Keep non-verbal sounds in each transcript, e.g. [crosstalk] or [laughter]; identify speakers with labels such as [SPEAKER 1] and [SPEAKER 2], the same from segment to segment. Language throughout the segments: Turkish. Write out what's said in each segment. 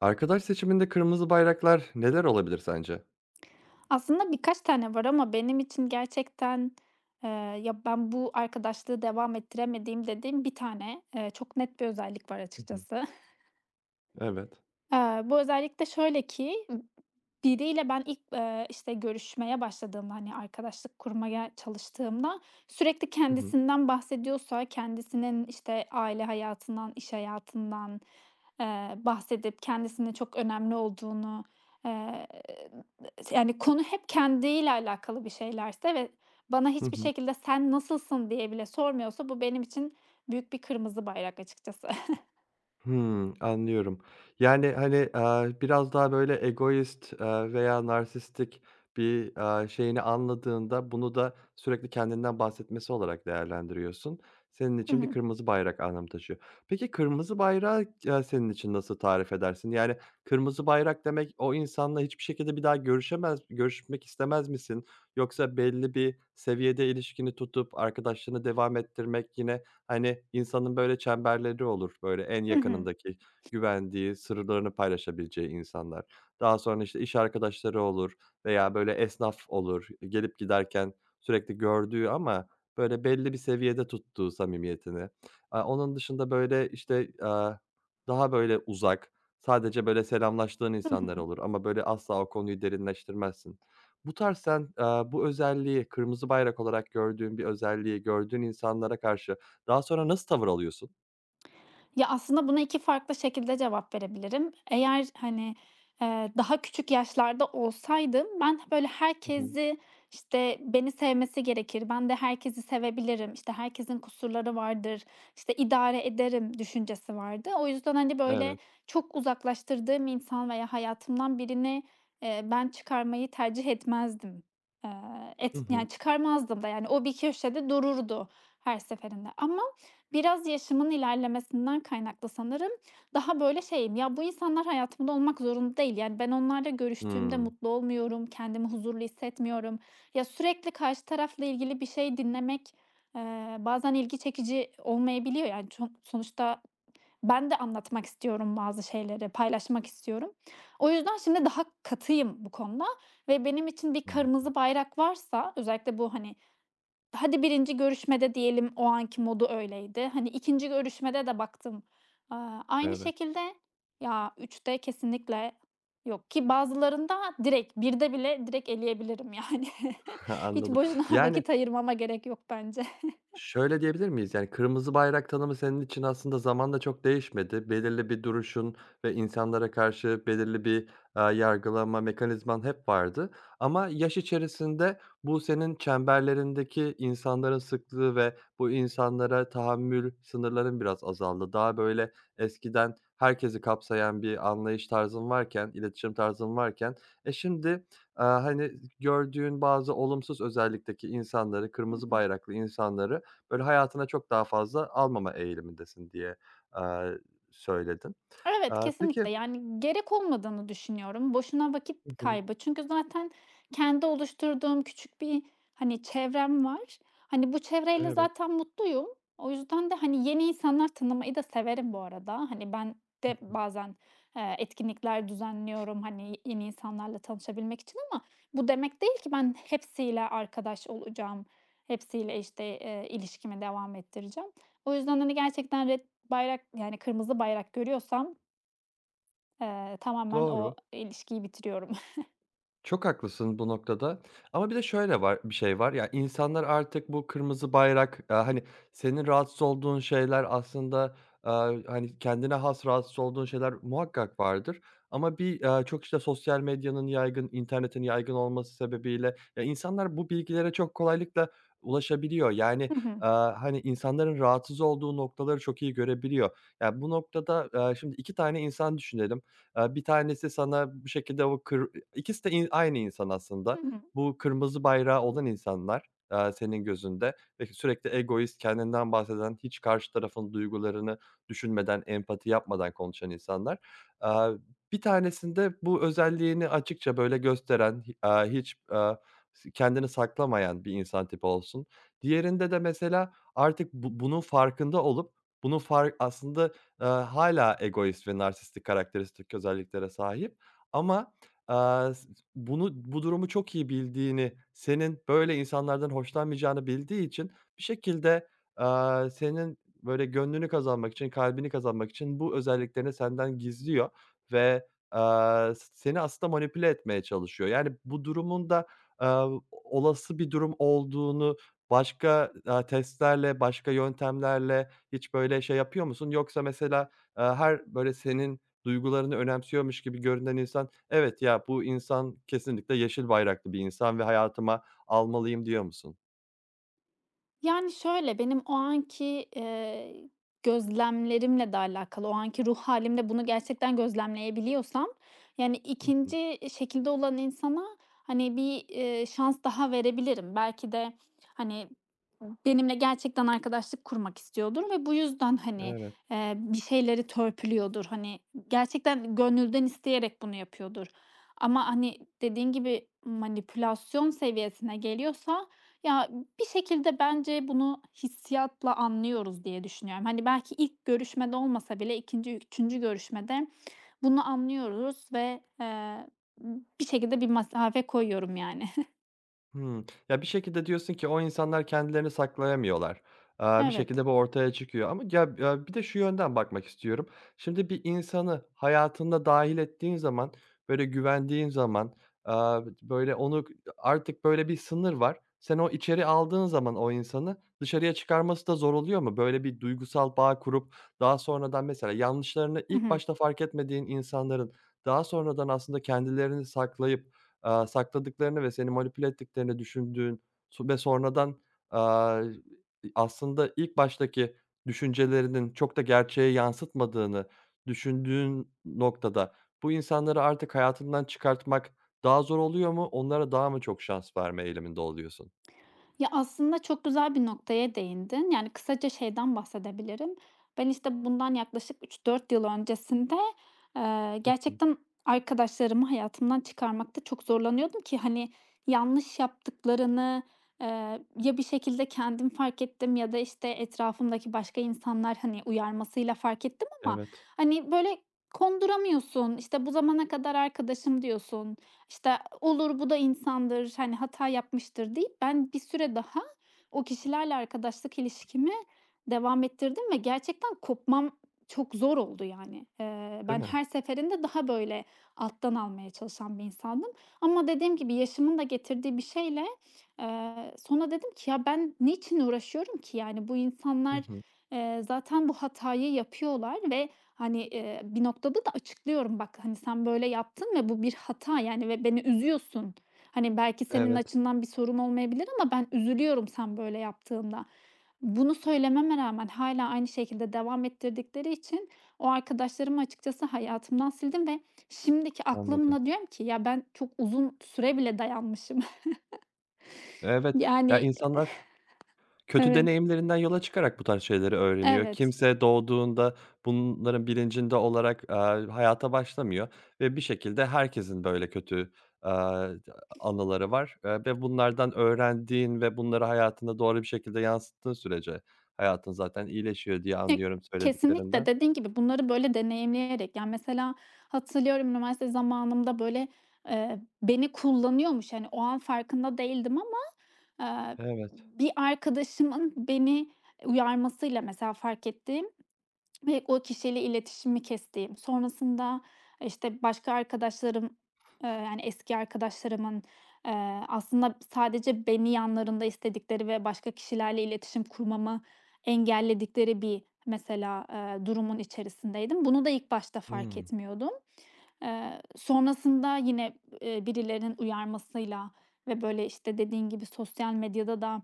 [SPEAKER 1] Arkadaş seçiminde kırmızı bayraklar neler olabilir sence?
[SPEAKER 2] Aslında birkaç tane var ama benim için gerçekten, eee, ya, ben bu arkadaşlığı devam ettiremediğim dediğim bir tane, çok net bir özellik var
[SPEAKER 1] Hı hı.
[SPEAKER 2] açıkçası.
[SPEAKER 1] Evet.
[SPEAKER 2] Bu özellikle şöyle ki, biriyle ben ilk, işte, görüşmeye başladığımda, hani, arkadaşlık kurmaya çalıştığımda sürekli
[SPEAKER 1] Hı hı.
[SPEAKER 2] kendisinden bahsediyorsa, kendisinin, işte, aile hayatından, iş hayatından, bahsedip kendisinin çok önemli olduğunu, eee, yani, konu hep kendiyle alakalı bir şeylerse ve bana
[SPEAKER 1] Hı
[SPEAKER 2] hiçbir
[SPEAKER 1] hı.
[SPEAKER 2] şekilde "Sen nasılsın?" diye bile sormuyorsa bu benim için büyük bir kırmızı bayrak açıkçası. [laughs]
[SPEAKER 1] Hmm, anlıyorum. Yani, hani, biraz daha böyle egoist, veya narsistik bir, şeyini anladığında bunu da sürekli kendinden bahsetmesi olarak değerlendiriyorsun. Senin
[SPEAKER 2] Hı
[SPEAKER 1] için bir
[SPEAKER 2] hı.
[SPEAKER 1] kırmızı bayrak anlam taşıyor. Peki kırmızı bayrağı, senin için nasıl tarif edersin? Yani kırmızı bayrak demek o insanla hiçbir şekilde bir daha görüşemez görüşmek istemez misin? Yoksa belli bir seviyede ilişkini tutup arkadaşlığını devam ettirmek yine. Hani, insanın böyle çemberleri olur, böyle en
[SPEAKER 2] Hı hı.
[SPEAKER 1] yakınındaki, güvendiği, sırlarını paylaşabileceği insanlar. Daha sonra, işte, iş arkadaşları olur veya böyle esnaf olur, gelip giderken sürekli gördüğü ama böyle belli bir seviyede tuttuğu samimiyetini. Onun dışında böyle, işte, daha böyle uzak, sadece böyle selamlaştığın
[SPEAKER 2] Hı
[SPEAKER 1] insanlar
[SPEAKER 2] hı.
[SPEAKER 1] olur ama böyle asla o konuyu derinleştirmezsin. Bu tarz sen, bu özelliği, kırmızı bayrak olarak gördüğün bir özelliği gördüğün insanlara karşı daha sonra nasıl tavır alıyorsun?
[SPEAKER 2] Ya, aslında buna 2 farklı şekilde cevap verebilirim. Eğer, hani, daha küçük yaşlarda olsaydım ben böyle
[SPEAKER 1] Hı hı.
[SPEAKER 2] herkesi, işte, beni sevmesi gerekir, ben de herkesi sevebilirim, İşte herkesin kusurları vardır, İşte idare ederim düşüncesi vardı. O yüzden, hani, böyle
[SPEAKER 1] Evet.
[SPEAKER 2] çok uzaklaştırdığım insan veya hayatımdan birini, ben çıkarmayı tercih etmezdim. Eee,
[SPEAKER 1] Hı
[SPEAKER 2] et
[SPEAKER 1] hı.
[SPEAKER 2] yani çıkarmazdım da yani o bir köşede dururdu her seferinde ama biraz yaşımın ilerlemesinden kaynaklı sanırım. Daha böyle şeyim, ya, bu insanlar hayatımda olmak zorunda değil. Yani, ben onlarla görüştüğümde
[SPEAKER 1] Hımm.
[SPEAKER 2] mutlu olmuyorum, kendimi huzurlu hissetmiyorum. Ya, sürekli karşı tarafla ilgili bir şey dinlemek, bazen ilgi çekici olmayabiliyor. Yani, çok sonuçta ben de anlatmak istiyorum bazı şeyleri, paylaşmak istiyorum. O yüzden şimdi daha katıyım bu konuda ve benim için bir
[SPEAKER 1] Hımm.
[SPEAKER 2] kırmızı bayrak varsa özellikle bu, hani, hadi birinci görüşmede diyelim o anki modu öyleydi. Hani ikinci görüşmede de baktım, aynı
[SPEAKER 1] Evet.
[SPEAKER 2] şekilde, ya üçte kesinlikle yok ki bazılarında direkt birde bile direkt eleyebilirim yani. [laughs]
[SPEAKER 1] [laughs]
[SPEAKER 2] Hiç
[SPEAKER 1] Anladım.
[SPEAKER 2] boşuna
[SPEAKER 1] Yani,
[SPEAKER 2] vakit ayırmama gerek yok bence.
[SPEAKER 1] şöyle diyebilir miyiz? Yani, kırmızı bayrak tanımı senin için aslında zamanla çok değişmedi. Belirli bir duruşun ve insanlara karşı belirli bir, yargılama mekanizman hep vardı ama yaş içerisinde bu senin çemberlerindeki insanların sıklığı ve bu insanlara tahammül sınırların biraz azaldı. Daha, böyle, eskiden herkesi kapsayan bir anlayış tarzın varken, iletişim tarzın varken, şimdi, hani, gördüğün bazı olumsuz özellikteki insanları, kırmızı
[SPEAKER 2] [laughs]
[SPEAKER 1] bayraklı insanları. Böyle, hayatına çok daha fazla almama eğilimindesin diye, eee, söyledin.
[SPEAKER 2] Evet,
[SPEAKER 1] Peki.
[SPEAKER 2] kesinlikle. Yani gerek olmadığını düşünüyorum. Boşuna
[SPEAKER 1] Hı
[SPEAKER 2] vakit
[SPEAKER 1] hı.
[SPEAKER 2] kaybı. Çünkü zaten kendi oluşturduğum küçük bir, hani, çevrem var. Hani, bu çevreyle
[SPEAKER 1] Evet.
[SPEAKER 2] zaten mutluyum. O yüzden de, hani, yeni insanlar tanımayı da severim bu arada. Hani, ben
[SPEAKER 1] Hı
[SPEAKER 2] de
[SPEAKER 1] hı.
[SPEAKER 2] bazen, etkinlikler düzenliyorum, hani, yeni insanlarla tanışabilmek için ama bu demek değil ki ben hepsiyle arkadaş olacağım, hepsiyle, işte, ilişkimi devam ettireceğim. O yüzden, hani, gerçekten red bayrak, yani, kırmızı bayrak görüyorsam tamamen o
[SPEAKER 1] Doğru.
[SPEAKER 2] ilişkiyi bitiriyorum.
[SPEAKER 1] Çok haklısın bu noktada ama bir de şöyle var bir şey var, ya, insanlar artık bu kırmızı bayrak, hani, senin rahatsız olduğun şeyler aslında, eee, hani, kendine has rahatsız olduğun şeyler muhakkak vardır ama bir, çok, işte, sosyal medyanın yaygın, internetin yaygın olması sebebiyle, ya, insanlar bu bilgilere çok kolaylıkla ulaşabiliyor. Yani,
[SPEAKER 2] [laughs] Hı hı.
[SPEAKER 1] hani, insanların rahatsız olduğu noktaları çok iyi görebiliyor. Ya, bu noktada, şimdi 2 tane insan düşünelim. Bir tanesi sana bu şekilde o kır ikisi de aynı insan aslında.
[SPEAKER 2] Hı hı.
[SPEAKER 1] Bu kırmızı bayrağı olan insanlar, senin gözünde ve sürekli egoist, kendinden bahseden, hiç karşı tarafın duygularını düşünmeden, empati yapmadan konuşan insanlar. Eee, Bir tanesinde bu özelliğini açıkça, böyle, gösteren, hiç, s kendini saklamayan bir insan tipi olsun. Diğerinde de mesela artık bu bunun farkında olup bunun aslında. Egoist ve narsistik karakteristik özelliklere sahip ama, aaa, s bu durumu çok iyi bildiğini, senin böyle insanlardan hoşlanmayacağını bildiği için bir şekilde, senin böyle gönlünü kazanmak için, kalbini kazanmak için bu özelliklerini senden gizliyor ve, aaa, s seni aslında manipüle etmeye çalışıyor. Yani, bu durumun da, olası bir durum olduğunu başka, testlerle, başka yöntemlerle, hiç böyle şey yapıyor musun? Yoksa mesela, her böyle senin duygularını önemsiyormuş gibi görünen insan, "Evet, ya, bu insan kesinlikle yeşil bayraklı bir insan ve hayatıma almalıyım." diyor musun?
[SPEAKER 2] Yani, şöyle, benim o anki, gözlemlerimle de alakalı, o anki ruh halimde bunu gerçekten gözlemleyebiliyorsam, yani,
[SPEAKER 1] Hı hı.
[SPEAKER 2] ikinci şekilde olan insana, hani, bir, şans daha verebilirim. Belki de, hani, benimle gerçekten arkadaşlık kurmak istiyordur ve bu yüzden, hani,
[SPEAKER 1] Evet.
[SPEAKER 2] bir şeyleri törpülüyordur. Hani, gerçekten gönülden isteyerek bunu yapıyordur. Ama, hani, dediğin gibi manipülasyon seviyesine geliyorsa, ya, bir şekilde bence bunu hissiyatla anlıyoruz diye düşünüyorum. Hani, belki ilk görüşmede olmasa bile ikinci üçüncü görüşmede bunu anlıyoruz ve, bir şekilde bir mesafe koyuyorum yani. [laughs]
[SPEAKER 1] Hımm. Ya, bir şekilde diyorsun ki o insanlar kendilerini saklayamıyorlar. Bir
[SPEAKER 2] Evet.
[SPEAKER 1] şekilde bu ortaya çıkıyor ama ya, bir de şu yönden bakmak istiyorum. Şimdi bir insanı hayatına dâhil ettiğin zaman, böyle güvendiğin zaman, böyle onu artık böyle bir sınır var. Sen o içeri aldığın zaman o insanı dışarıya çıkarması da zor oluyor mu? Böyle bir duygusal bağ kurup daha sonradan mesela yanlışlarını ilk başta fark etmediğin insanların daha sonradan aslında kendilerini saklayıp sakladıklarını ve seni manipüle ettiklerini düşündüğün ve sonradan, aaa, aslında ilk baştaki düşüncelerinin çok da gerçeğe yansıtmadığını düşündüğün noktada bu insanları artık hayatından çıkartmak daha zor oluyor mu? Onlara daha mı çok şans verme eğiliminde oluyorsun?
[SPEAKER 2] Ya, aslında çok güzel bir noktaya değindin. Yani, kısaca şeyden bahsedebilirim. Ben, işte, bundan yaklaşık 3-4 yıl öncesinde,
[SPEAKER 1] Hı.
[SPEAKER 2] gerçekten arkadaşlarımı hayatımdan çıkarmakta çok zorlanıyordum ki, hani, yanlış yaptıklarını, eee, ya bir şekilde kendim fark ettim ya da, işte, etrafımdaki başka insanlar, hani, uyarmasıyla fark ettim ama,
[SPEAKER 1] Evet.
[SPEAKER 2] hani, böyle konduramıyorsun. İşte, bu zamana kadar arkadaşım diyorsun. İşte, "Olur, bu da insandır, hani, hata yapmıştır." deyip ben bir süre daha o kişilerle arkadaşlık ilişkimi devam ettirdim ve gerçekten kopmam çok zor oldu yani.
[SPEAKER 1] Değil
[SPEAKER 2] Ben
[SPEAKER 1] mi?
[SPEAKER 2] her seferinde daha böyle alttan almaya çalışan bir insandım ama dediğim gibi yaşımın da getirdiği bir şeyle, sonra dedim ki, "Ya, ben niçin uğraşıyorum ki? Yani, bu
[SPEAKER 1] Hı
[SPEAKER 2] insanlar,
[SPEAKER 1] hı.
[SPEAKER 2] zaten bu hatayı yapıyorlar ve hani, bir noktada da açıklıyorum, "Bak, hani, sen böyle yaptın ve bu bir hata, yani, ve beni üzüyorsun. Hani, belki senin
[SPEAKER 1] Evet,
[SPEAKER 2] açından bir sorun olmayabilir ama ben üzülüyorum sen böyle yaptığında." Bunu söylememe rağmen hala aynı şekilde devam ettirdikleri için o arkadaşlarımı açıkçası hayatımdan sildim ve şimdiki
[SPEAKER 1] anladım.
[SPEAKER 2] aklımla diyorum ki, "Ya, ben çok uzun süre bile dayanmışım." [laughs]
[SPEAKER 1] Evet, ya,
[SPEAKER 2] Yani
[SPEAKER 1] insanlar kötü
[SPEAKER 2] evet.
[SPEAKER 1] deneyimlerinden yola çıkarak bu tarz şeyleri öğreniyor.
[SPEAKER 2] Evet.
[SPEAKER 1] Kimse doğduğunda bunların bilincinde olarak, hayata başlamıyor ve bir şekilde herkesin böyle kötü, aaa, anıları var, ve bunlardan öğrendiğin ve bunları hayatında doğru bir şekilde yansıttığın sürece hayatın zaten iyileşiyor diye
[SPEAKER 2] Ya,
[SPEAKER 1] anlıyorum
[SPEAKER 2] kesinlikle
[SPEAKER 1] söylediklerinden.
[SPEAKER 2] dediğin gibi bunları böyle deneyimleyerek, yani, mesela hatırlıyorum üniversite zamanımda, böyle, beni kullanıyormuş, hani, o an farkında değildim ama, eee,
[SPEAKER 1] Evet.
[SPEAKER 2] bir arkadaşımın beni uyarmasıyla mesela fark ettiğim ve o kişiyle iletişimi kestiğim, sonrasında, işte, başka arkadaşlarım, yani, eski arkadaşlarımın, aslında sadece beni yanlarında istedikleri ve başka kişilerle iletişim kurmamı engelledikleri bir mesela, durumun içerisindeydim. Bunu da ilk başta fark
[SPEAKER 1] Hımm.
[SPEAKER 2] etmiyordum. Sonrasında yine, birilerinin uyarmasıyla ve, böyle, işte, dediğin gibi sosyal medyada da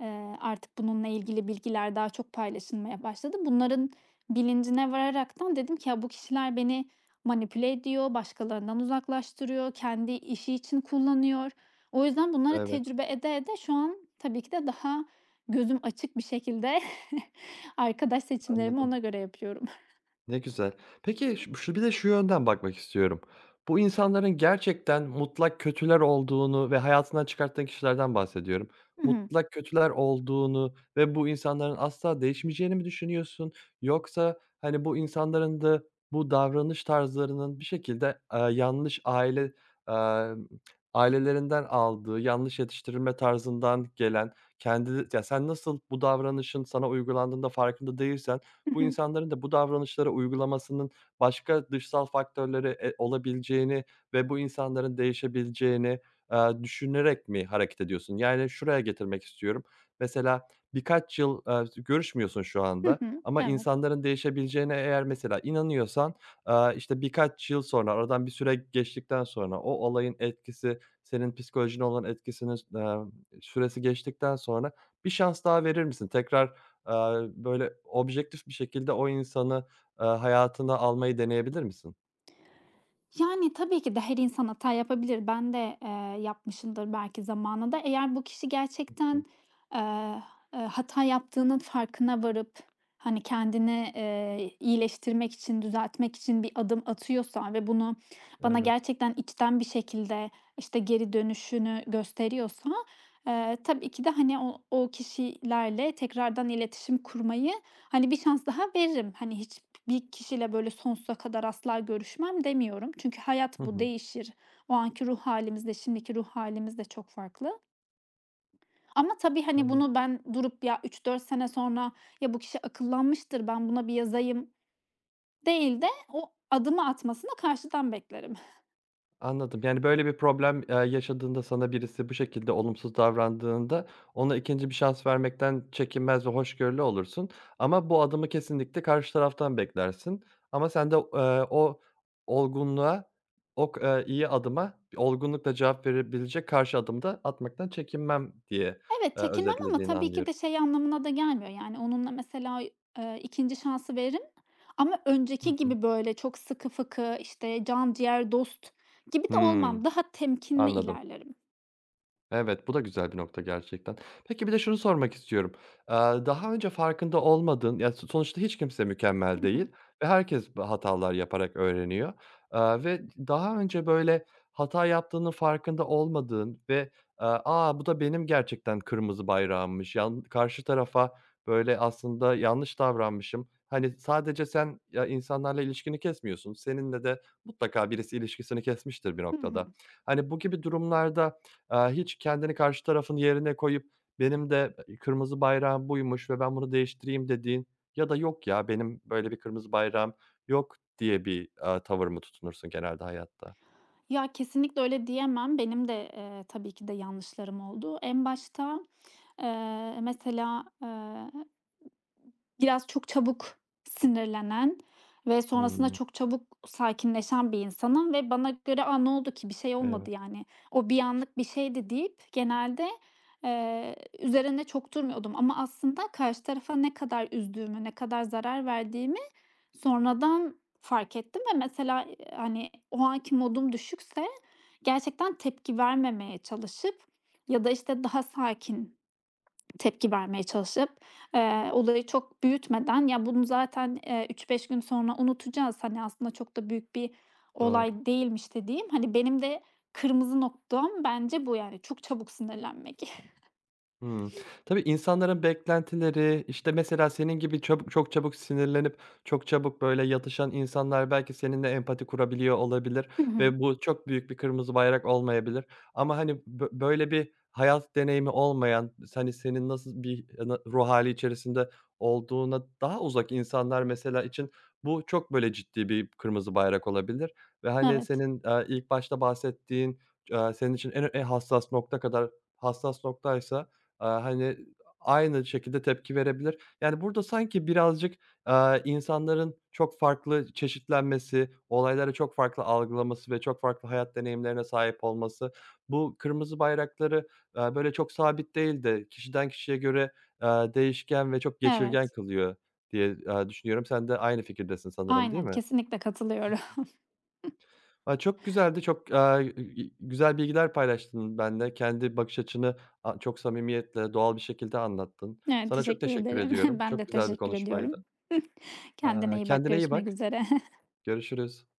[SPEAKER 2] Artık bununla ilgili bilgiler daha çok paylaşılmaya başladı. Bunların bilincine vararaktan dedim ki ya bu kişiler beni manipüle ediyor, başkalarından uzaklaştırıyor, kendi işi için kullanıyor. O yüzden bunları
[SPEAKER 1] Evet,
[SPEAKER 2] tecrübe ede ede şu an tabii ki de daha gözüm açık bir şekilde [laughs] arkadaş seçimlerimi
[SPEAKER 1] anladım.
[SPEAKER 2] ona göre yapıyorum.
[SPEAKER 1] Ne güzel. Peki, ş şu bir de şu yönden bakmak istiyorum. Bu insanların gerçekten mutlak kötüler olduğunu ve hayatından çıkarttığın kişilerden bahsediyorum.
[SPEAKER 2] Hı hı.
[SPEAKER 1] Mutlak kötüler olduğunu ve bu insanların asla değişmeyeceğini mi düşünüyorsun? Yoksa, hani, bu insanların da bu davranış tarzlarının bir şekilde, emm, ailelerinden aldığı, yanlış yetiştirilme tarzından gelen, sen nasıl bu davranışın sana uygulandığında farkında değilsen
[SPEAKER 2] [laughs]
[SPEAKER 1] bu
[SPEAKER 2] Hı hı.
[SPEAKER 1] insanların da bu davranışları uygulamasının başka dışsal faktörleri, olabileceğini ve bu insanların değişebileceğini, düşünerek mi hareket ediyorsun? Yani şuraya getirmek istiyorum. Mesela birkaç yıl, görüşmüyorsun şu
[SPEAKER 2] Hı
[SPEAKER 1] anda
[SPEAKER 2] hı.
[SPEAKER 1] ama
[SPEAKER 2] Evet.
[SPEAKER 1] insanların değişebileceğine eğer mesela inanıyorsan, işte, birkaç yıl sonra, aradan bir süre geçtikten sonra o olayın etkisi, senin psikolojine olan etkisinin, süresi geçtikten sonra bir şans daha verir misin? Tekrar böyle, objektif bir şekilde o insanı, hayatına almayı deneyebilir misin?
[SPEAKER 2] Yani, tabii ki de her insan hata yapabilir. Ben de, yapmışımdır belki zamanında. Eğer bu kişi
[SPEAKER 1] Hı.
[SPEAKER 2] gerçekten, eee, hata yaptığının farkına varıp, hani, kendini, iyileştirmek için, düzeltmek için bir adım atıyorsa ve bunu bana
[SPEAKER 1] Evet.
[SPEAKER 2] gerçekten içten bir şekilde, işte, geri dönüşünü gösteriyorsa, tabii ki de, hani, o kişilerle tekrardan iletişim kurmayı, hani, bir şans daha veririm. Hani, hiç bir kişiyle böyle sonsuza kadar asla görüşmem demiyorum. Çünkü
[SPEAKER 1] Hı
[SPEAKER 2] hayat bu
[SPEAKER 1] hı.
[SPEAKER 2] değişir. O anki ruh halimizde, şimdiki ruh halimiz de çok farklı. Ama tabii, hani,
[SPEAKER 1] Anladım.
[SPEAKER 2] bunu ben durup ya 3-4 sene sonra ya bu kişi akıllanmıştır ben buna bir yazayım değil de o adımı atmasını karşıdan beklerim. [laughs]
[SPEAKER 1] Anladım. Yani, böyle bir problem, yaşadığında sana birisi bu şekilde olumsuz davrandığında ona ikinci bir şans vermekten çekinmez ve hoşgörülü olursun ama bu adımı kesinlikle karşı taraftan beklersin ama sen de, o olgunluğa, o k iyi adıma olgunlukla cevap verebilecek karşı adımı da atmaktan çekinmem diye,
[SPEAKER 2] Evet, çekinmem ama
[SPEAKER 1] özetlediğini
[SPEAKER 2] tabii ki
[SPEAKER 1] anlıyorum.
[SPEAKER 2] de şey anlamına da gelmiyor. Yani onunla mesela, 2'nci şansı veririm ama
[SPEAKER 1] Hı
[SPEAKER 2] önceki
[SPEAKER 1] hı.
[SPEAKER 2] gibi böyle çok sıkı fıkı, işte, can ciğer dost gibi de
[SPEAKER 1] Hıı.
[SPEAKER 2] olmam. Daha temkinli
[SPEAKER 1] Anladım.
[SPEAKER 2] ilerlerim.
[SPEAKER 1] Evet, bu da güzel bir nokta gerçekten. Peki bir de şunu sormak istiyorum. Eee, Daha önce farkında olmadığın, ya, sonuçta hiç kimse mükemmel
[SPEAKER 2] Hı hı.
[SPEAKER 1] değil ve herkes hatalar yaparak öğreniyor, ve daha önce, böyle, hata yaptığının farkında olmadığın ve, "A, bu da benim gerçekten kırmızı bayrağımmış, karşı tarafa, böyle, aslında yanlış davranmışım." Hani, sadece sen, ya, insanlarla ilişkini kesmiyorsun, seninle de mutlaka birisi ilişkisini kesmiştir bir
[SPEAKER 2] Hı hı.
[SPEAKER 1] noktada. Hani, bu gibi durumlarda hiç kendini karşı tarafın yerine koyup benim de, kırmızı bayrağım buymuş ve ben bunu değiştireyim dediğin ya da yok ya benim böyle bir kırmızı bayrağım yok diye bir, tavır mı tutunursun genelde hayatta?
[SPEAKER 2] Ya, kesinlikle öyle diyemem. Benim de, tabii ki de yanlışlarım oldu. En başta, mesela, biraz çok çabuk sinirlenen ve sonrasında
[SPEAKER 1] Hımm.
[SPEAKER 2] çok çabuk sakinleşen bir insanım ve bana göre, "A, ne oldu ki? Bir şey olmadı,
[SPEAKER 1] Evet,
[SPEAKER 2] yani. O bir anlık bir şeydi." deyip genelde, eee, üzerine çok durmuyordum ama aslında karşı tarafa ne kadar üzdüğümü, ne kadar zarar verdiğimi sonradan fark ettim ve mesela, hani, o anki modum düşükse gerçekten tepki vermemeye çalışıp ya da, işte, daha sakin tepki vermeye çalışıp, olayı çok büyütmeden, "Ya, bunu zaten, 3-5 gün sonra unutacağız. Hani, aslında çok da büyük bir
[SPEAKER 1] doğru.
[SPEAKER 2] olay değilmiş." dediğim, hani, benim de kırmızı noktam bence bu, yani, çok çabuk sinirlenmek.
[SPEAKER 1] Hımm. Tabii, insanların beklentileri, işte, mesela senin gibi çok çabuk sinirlenip çok çabuk, böyle, yatışan insanlar belki seninle empati kurabiliyor olabilir
[SPEAKER 2] Hı hı.
[SPEAKER 1] ve bu çok büyük bir kırmızı bayrak olmayabilir ama, hani, böyle bir hayat deneyimi olmayan, hani, senin nasıl bir e, na ruh hâli içerisinde olduğuna daha uzak insanlar mesela için bu çok, böyle, ciddi bir kırmızı bayrak olabilir ve,
[SPEAKER 2] [laughs]
[SPEAKER 1] hani,
[SPEAKER 2] Evet,
[SPEAKER 1] senin, ilk başta bahsettiğin, senin için en hassas nokta kadar hassas noktaysa hani, aynı şekilde tepki verebilir. Yani, burada sanki birazcık, insanların çok farklı çeşitlenmesi, olayları çok farklı algılaması ve çok farklı hayat deneyimlerine sahip olması, bu kırmızı bayrakları, böyle çok sabit değil de kişiden kişiye göre, değişken ve çok geçirgen
[SPEAKER 2] evet.
[SPEAKER 1] kılıyor diye, düşünüyorum. Sen de aynı fikirdesin sanırım, değil
[SPEAKER 2] Aynen,
[SPEAKER 1] mi?
[SPEAKER 2] kesinlikle katılıyorum.
[SPEAKER 1] A, çok güzeldi, çok, güzel bilgiler paylaştın benimle. Kendi bakış açını çok samimiyetle, doğal bir şekilde anlattın.
[SPEAKER 2] Evet,
[SPEAKER 1] Sana çok
[SPEAKER 2] teşekkür
[SPEAKER 1] teşekkür
[SPEAKER 2] ederim. [laughs]
[SPEAKER 1] ediyorum.
[SPEAKER 2] Ben de
[SPEAKER 1] Çok güzel bir
[SPEAKER 2] teşekkür ediyorum.
[SPEAKER 1] konuşmaydı.
[SPEAKER 2] [laughs] Kendine iyi bak.
[SPEAKER 1] Kendine iyi
[SPEAKER 2] Görüşmek
[SPEAKER 1] bak.
[SPEAKER 2] üzere. [laughs]
[SPEAKER 1] Görüşürüz.